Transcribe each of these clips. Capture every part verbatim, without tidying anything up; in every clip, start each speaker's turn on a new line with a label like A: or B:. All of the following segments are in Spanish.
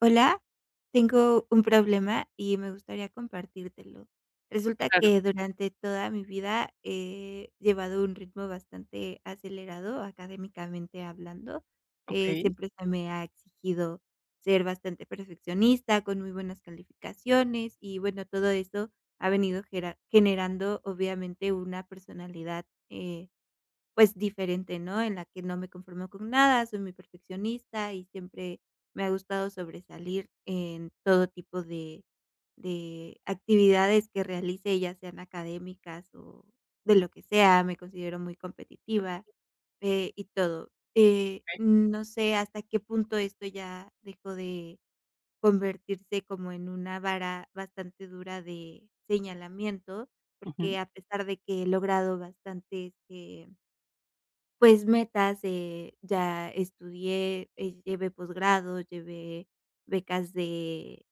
A: Hola, tengo un problema y me gustaría compartírtelo. Resulta
B: Claro,
A: que durante toda mi vida he llevado un ritmo bastante acelerado académicamente hablando. Eh,
B: okey,
A: siempre se me ha exigido ser bastante perfeccionista, con muy buenas calificaciones y bueno, todo eso ha venido gera- generando obviamente una personalidad eh, pues, diferente, ¿no? En la que no me conformo con nada, soy muy perfeccionista y siempre me ha gustado sobresalir en todo tipo de de actividades que realice, ya sean académicas o de lo que sea, me considero muy competitiva, eh, y todo. Eh,
B: okey,
A: no sé hasta qué punto esto ya dejó de convertirse como en una vara bastante dura de señalamiento,
B: ujú,
A: porque a pesar de que he logrado bastantes, eh pues metas, eh, ya estudié, eh, llevé posgrado, llevé becas de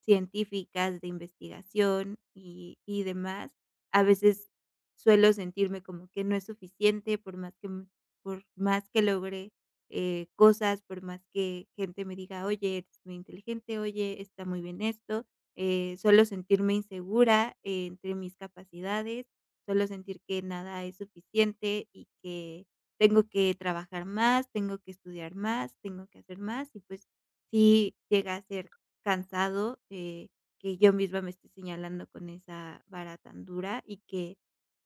A: científicas, de investigación y y demás, a veces suelo sentirme como que no es suficiente por más que m por más que logre, eh, cosas, por más que gente me diga: "Oye, eres muy inteligente, oye, está muy bien esto", eh, suelo sentirme insegura eh, entre mis capacidades, suelo sentir que nada es suficiente y que tengo que trabajar más, tengo que estudiar más, tengo que hacer más y, pues, sí llega a ser cansado, eh, que yo misma me esté señalando con esa vara tan dura y que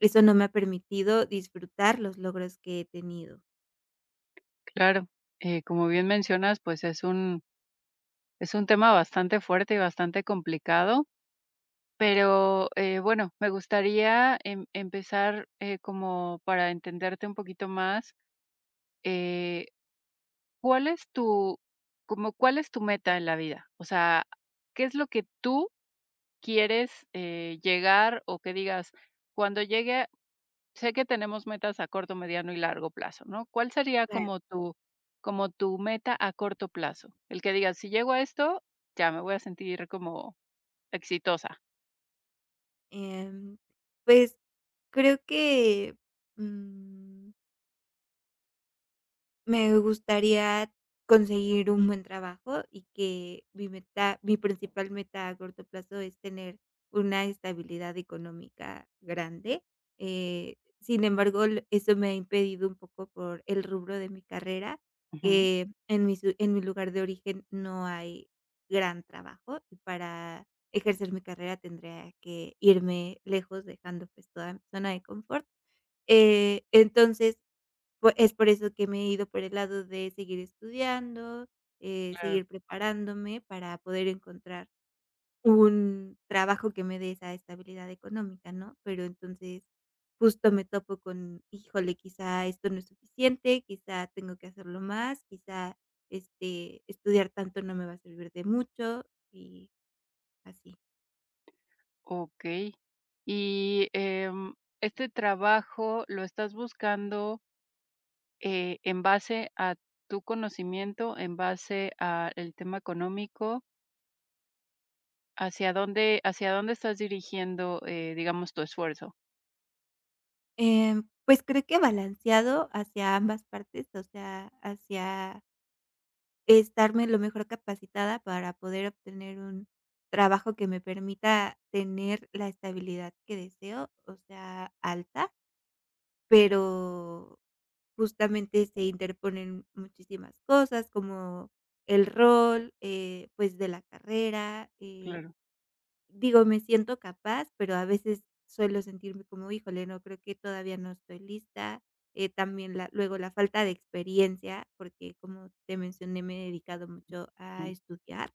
A: eso no me ha permitido disfrutar los logros que he tenido.
B: claro. Eh, como bien mencionas, pues, es un es un tema bastante fuerte y bastante complicado, pero, eh, bueno, me gustaría em empezar, eh, como para entenderte un poquito más. eh, ¿Cuál es tu como cuál es tu meta en la vida? O sea, ¿qué es lo que tú quieres, eh, llegar o que digas, cuando llegue? Sé que tenemos metas a corto, mediano y largo plazo, ¿no? ¿Cuál sería
A: Claro.
B: como tu como tu meta a corto plazo? El que digas, si llego a esto, ya me voy a sentir como exitosa.
A: Em, pues creo que, mm, me gustaría conseguir un buen trabajo y que mi meta mi principal meta a corto plazo es tener una estabilidad económica grande. Eh, sin embargo, l eso me ha impedido un poco por el rubro de mi carrera,
B: Ujú.
A: que en mi su en mi lugar de origen no hay gran trabajo, y para ejercer mi carrera tendría que irme lejos, dejando, pues, toda mi zona de confort. Eh, entonces Pue Es por eso que me he ido por el lado de seguir estudiando, eh,
B: Claro,
A: seguir preparándome para poder encontrar un trabajo que me dé esa estabilidad económica, ¿no? Pero entonces, justo me topo con, híjole, quizá esto no es suficiente, quizá tengo que hacerlo más, quizá, este, estudiar tanto no me va a servir de mucho y así.
B: okey. Y, em, ¿este trabajo lo estás buscando, eh, en base a tu conocimiento, en base a el tema económico? ¿Hacia dónde hacia dónde estás dirigiendo, eh, digamos, tu esfuerzo?
A: Em, pues creo que balanceado hacia ambas partes, o sea, hacia estarme lo mejor capacitada para poder obtener un trabajo que me permita tener la estabilidad que deseo, o sea, alta, pero justamente se interponen muchísimas cosas como el rol, eh, pues, de la carrera, eh.
B: Claro.
A: Digo, me siento capaz, pero a veces suelo sentirme como, híjole, no, creo que todavía no estoy lista. Eh, también la luego la falta de experiencia, porque como te mencioné, me he dedicado mucho a
B: Mm.
A: estudiar.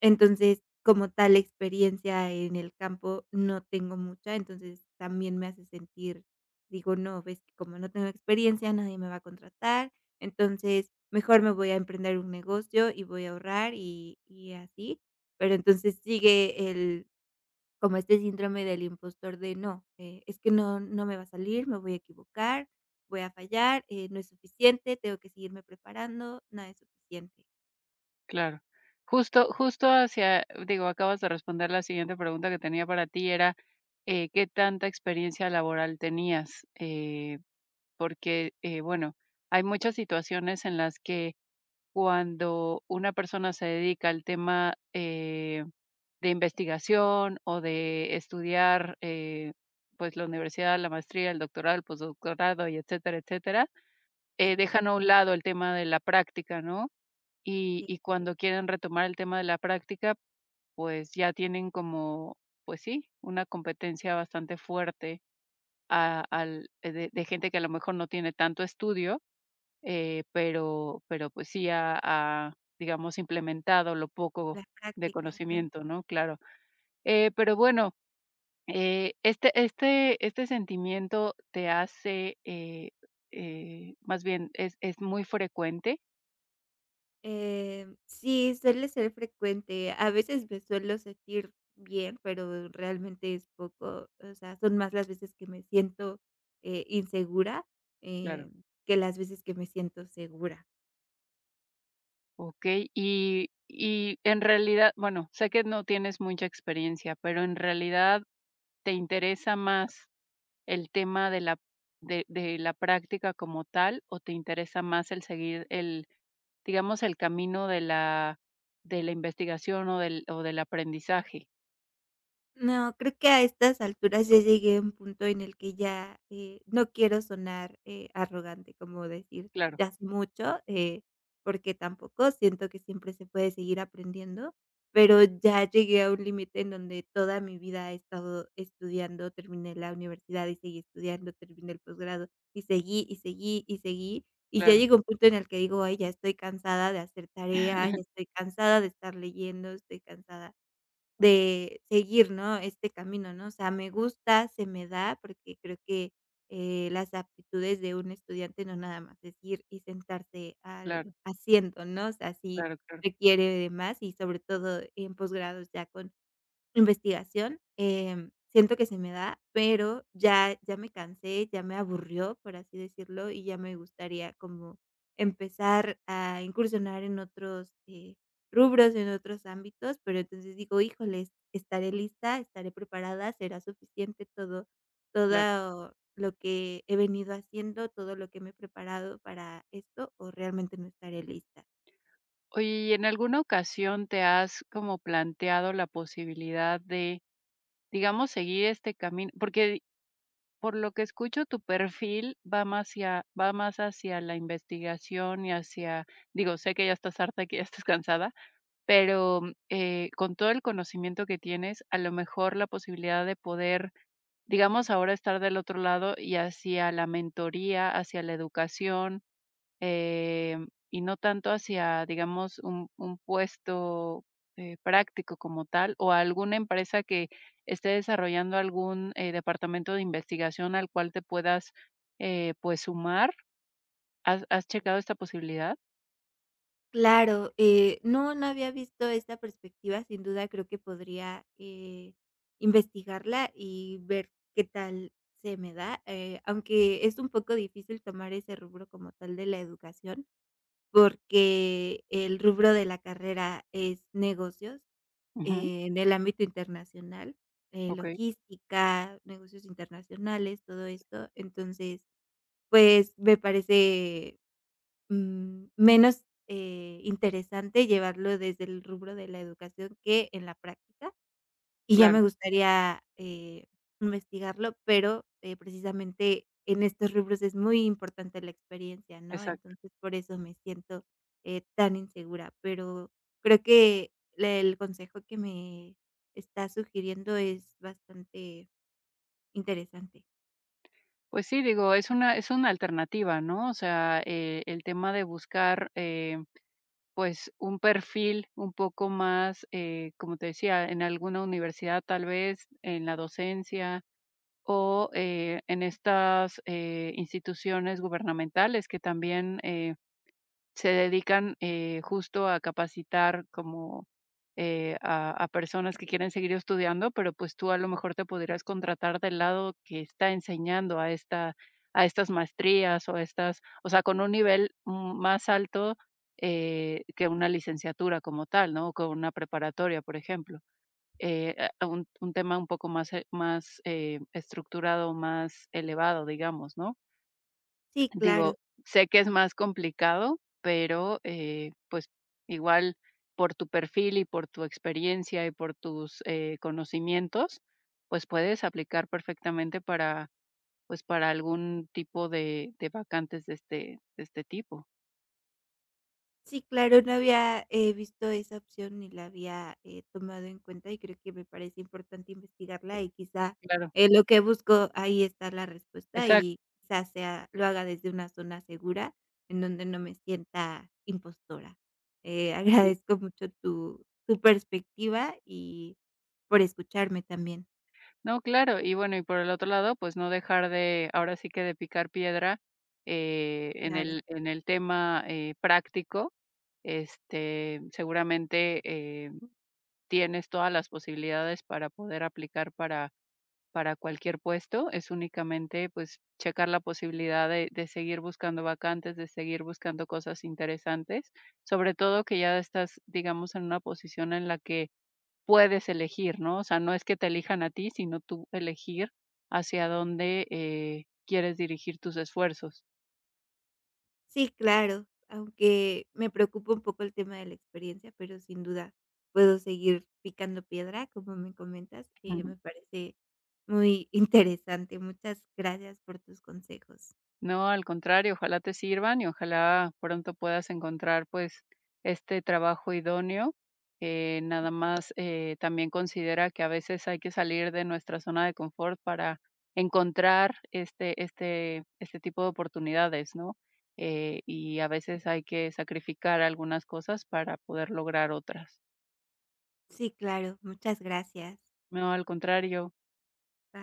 A: Entonces, como tal experiencia en el campo no tengo mucha, entonces también me hace sentir, digo, no, ves que como no tengo experiencia, nadie me va a contratar, entonces mejor me voy a emprender un negocio y voy a ahorrar y y así. Pero entonces sigue el como este síndrome del impostor de no, eh, es que no no me va a salir, me voy a equivocar, voy a fallar, eh, no es suficiente, tengo que seguirme preparando, nada es suficiente.
B: Claro. Justo justo hacia digo, acabas de responder la siguiente pregunta que tenía para ti, era, eh, ¿qué tanta experiencia laboral tenías? Eh, porque, eh, bueno, hay muchas situaciones en las que cuando una persona se dedica al tema, eh, de investigación o de estudiar, eh, pues, la universidad, la maestría, el doctorado, el postdoctorado y etcétera, etcétera,
A: Sí,
B: eh,
A: claro.
B: dejan a un lado el tema de la práctica, ¿no? y
A: Sí,
B: y cuando quieren retomar el tema de la práctica, pues ya tienen como, pues sí, una competencia bastante fuerte a al eh, de de gente que a lo mejor no tiene tanto estudio, eh, pero pero pues sí ha ha, digamos, implementado lo poco
A: las
B: de
A: prácticas, ¿no?
B: conocimiento, ¿no? Claro. Eh, pero bueno, eh, este este este sentimiento te hace, eh eh, más bien, ¿es es muy frecuente?
A: Eh, sí, suele ser frecuente. A veces me suelo sentir bien, pero realmente es poco, o sea, son más las veces que me siento, eh, insegura,
B: Claro.
A: eh, que las veces que me siento segura.
B: Okey, y y en realidad, bueno, sé que no tienes mucha experiencia, pero en realidad, ¿te interesa más el tema de la de de la práctica como tal, o te interesa más el seguir el, digamos, el camino de la de la investigación o del o del aprendizaje?
A: No, creo que a estas alturas ya llegué a un punto en el que ya, eh, no quiero sonar, eh, arrogante, como decir,
B: Claro,
A: ya es mucho, eh, porque tampoco siento que siempre se puede seguir aprendiendo, pero ya llegué a un límite en donde toda mi vida he estado estudiando, terminé la universidad y seguí estudiando, terminé el posgrado y seguí, y seguí, y seguí, y ya
B: claro,
A: llegó un punto en el que digo: "Ay, ya estoy cansada de hacer tarea, ya estoy cansada de estar leyendo, estoy cansada". De seguir, ¿no?, este camino, ¿no? O sea, me gusta, se me da, porque creo que, eh, las aptitudes de un estudiante no nada más es ir y sentarse al
B: claro,
A: asiento, ¿no? O sea, sí
B: claro, claro,
A: requiere de más y sobre todo en posgrados ya con investigación, em, siento que se me da, pero ya ya me cansé, ya me aburrió, por así decirlo, y ya me gustaría como empezar a incursionar en otros, eh, rubros, en otros ámbitos, pero entonces digo: "Híjoles, ¿estaré lista, estaré preparada, será suficiente todo
B: claro.
A: todo lo que he venido haciendo, todo lo que me he preparado para esto, o realmente no estaré lista?".
B: Oye, ¿y en alguna ocasión te has como planteado la posibilidad de, digamos, seguir este camino? Porque por lo que escucho, tu perfil va más hacia va más hacia la investigación y hacia digo, sé que ya estás harta, que ya estás cansada, pero, eh, con todo el conocimiento que tienes, a lo mejor la posibilidad de poder, digamos, ahora estar del otro lado y hacia la mentoría, hacia la educación, em, y no tanto hacia, digamos, un, un puesto eh, práctico como tal o a alguna empresa que esté desarrollando algún eh, departamento de investigación al cual te puedas eh, pues sumar. ¿Has, has checado esta posibilidad?
A: Claro, eh, no, no había visto esta perspectiva, sin duda creo que podría, eh, investigarla y ver qué tal se me da, eh, aunque es un poco difícil tomar ese rubro como tal de la educación, porque el rubro de la carrera es negocios,
B: Ujú.
A: eh, en el ámbito internacional, eh,
B: Ok,
A: logística, negocios internacionales, todo esto. Entonces, pues, me parece mm, menos, eh, interesante llevarlo desde el rubro de la educación que en la práctica, y ya
B: claro,
A: me gustaría, eh, investigarlo, pero, eh, precisamente en estos rubros es muy importante la experiencia, ¿no?
B: exacto.
A: Entonces, por eso me siento, eh, tan insegura, pero creo que le el consejo que me está sugiriendo es bastante interesante.
B: Pues sí, digo, es una, es una alternativa, ¿no? O sea, eh, el tema de buscar eh, pues un perfil un poco más, eh, como te decía, en alguna universidad tal vez, en la docencia, o eh, en estas eh, instituciones gubernamentales que también eh, se dedican eh, justo a capacitar como eh, a, a personas que quieren seguir estudiando, pero pues tú a lo mejor te podrías contratar del lado que está enseñando a esta a estas maestrías o a estas, o sea, con un nivel mm, más alto eh, que una licenciatura como tal, ¿no? O con una preparatoria, por ejemplo, eh, a un un tema un poco más, eh, más, eh, estructurado, más elevado, digamos, ¿no?
A: Sí, claro.
B: Digo, sé que es más complicado, pero, eh, pues, igual por tu perfil y por tu experiencia y por tus, eh, conocimientos, pues, puedes aplicar perfectamente para, pues, para algún tipo de de vacantes de este de este tipo.
A: Sí, claro, no había, eh, visto esa opción ni la había, eh, tomado en cuenta, y creo que me parece importante investigarla, y quizá,
B: Claro,
A: eh, lo que busco, ahí está la respuesta, y
B: exacto.
A: quizá sea lo haga desde una zona segura, en donde no me sienta impostora. Eh, agradezco mucho tu tu perspectiva y por escucharme también.
B: No, claro. Y bueno, y por el otro lado, pues no dejar de, ahora sí que de picar piedra eh, en
A: Claro.
B: el, en el tema eh, práctico. Este, seguramente eh, tienes todas las posibilidades para poder aplicar para, para cualquier puesto. Es únicamente pues checar la posibilidad de, de seguir buscando vacantes, de seguir buscando cosas interesantes, sobre todo que ya estás, digamos, en una posición en la que puedes elegir, ¿no? O sea, no es que te elijan a ti, sino tú elegir hacia dónde, eh, quieres dirigir tus esfuerzos.
A: Sí, claro, aunque me preocupa un poco el tema de la experiencia, pero sin duda puedo seguir picando piedra, como me comentas, y
B: Ujú.
A: me parece muy interesante. Muchas gracias por tus consejos.
B: No, al contrario, ojalá te sirvan y ojalá pronto puedas encontrar, pues, este trabajo idóneo. Eh, nada más, eh, también considera que a veces hay que salir de nuestra zona de confort para encontrar este este este tipo de oportunidades, ¿no? Eh, y a veces hay que sacrificar algunas cosas para poder lograr otras.
A: Sí, claro, muchas gracias.
B: No, al contrario.
A: Bye.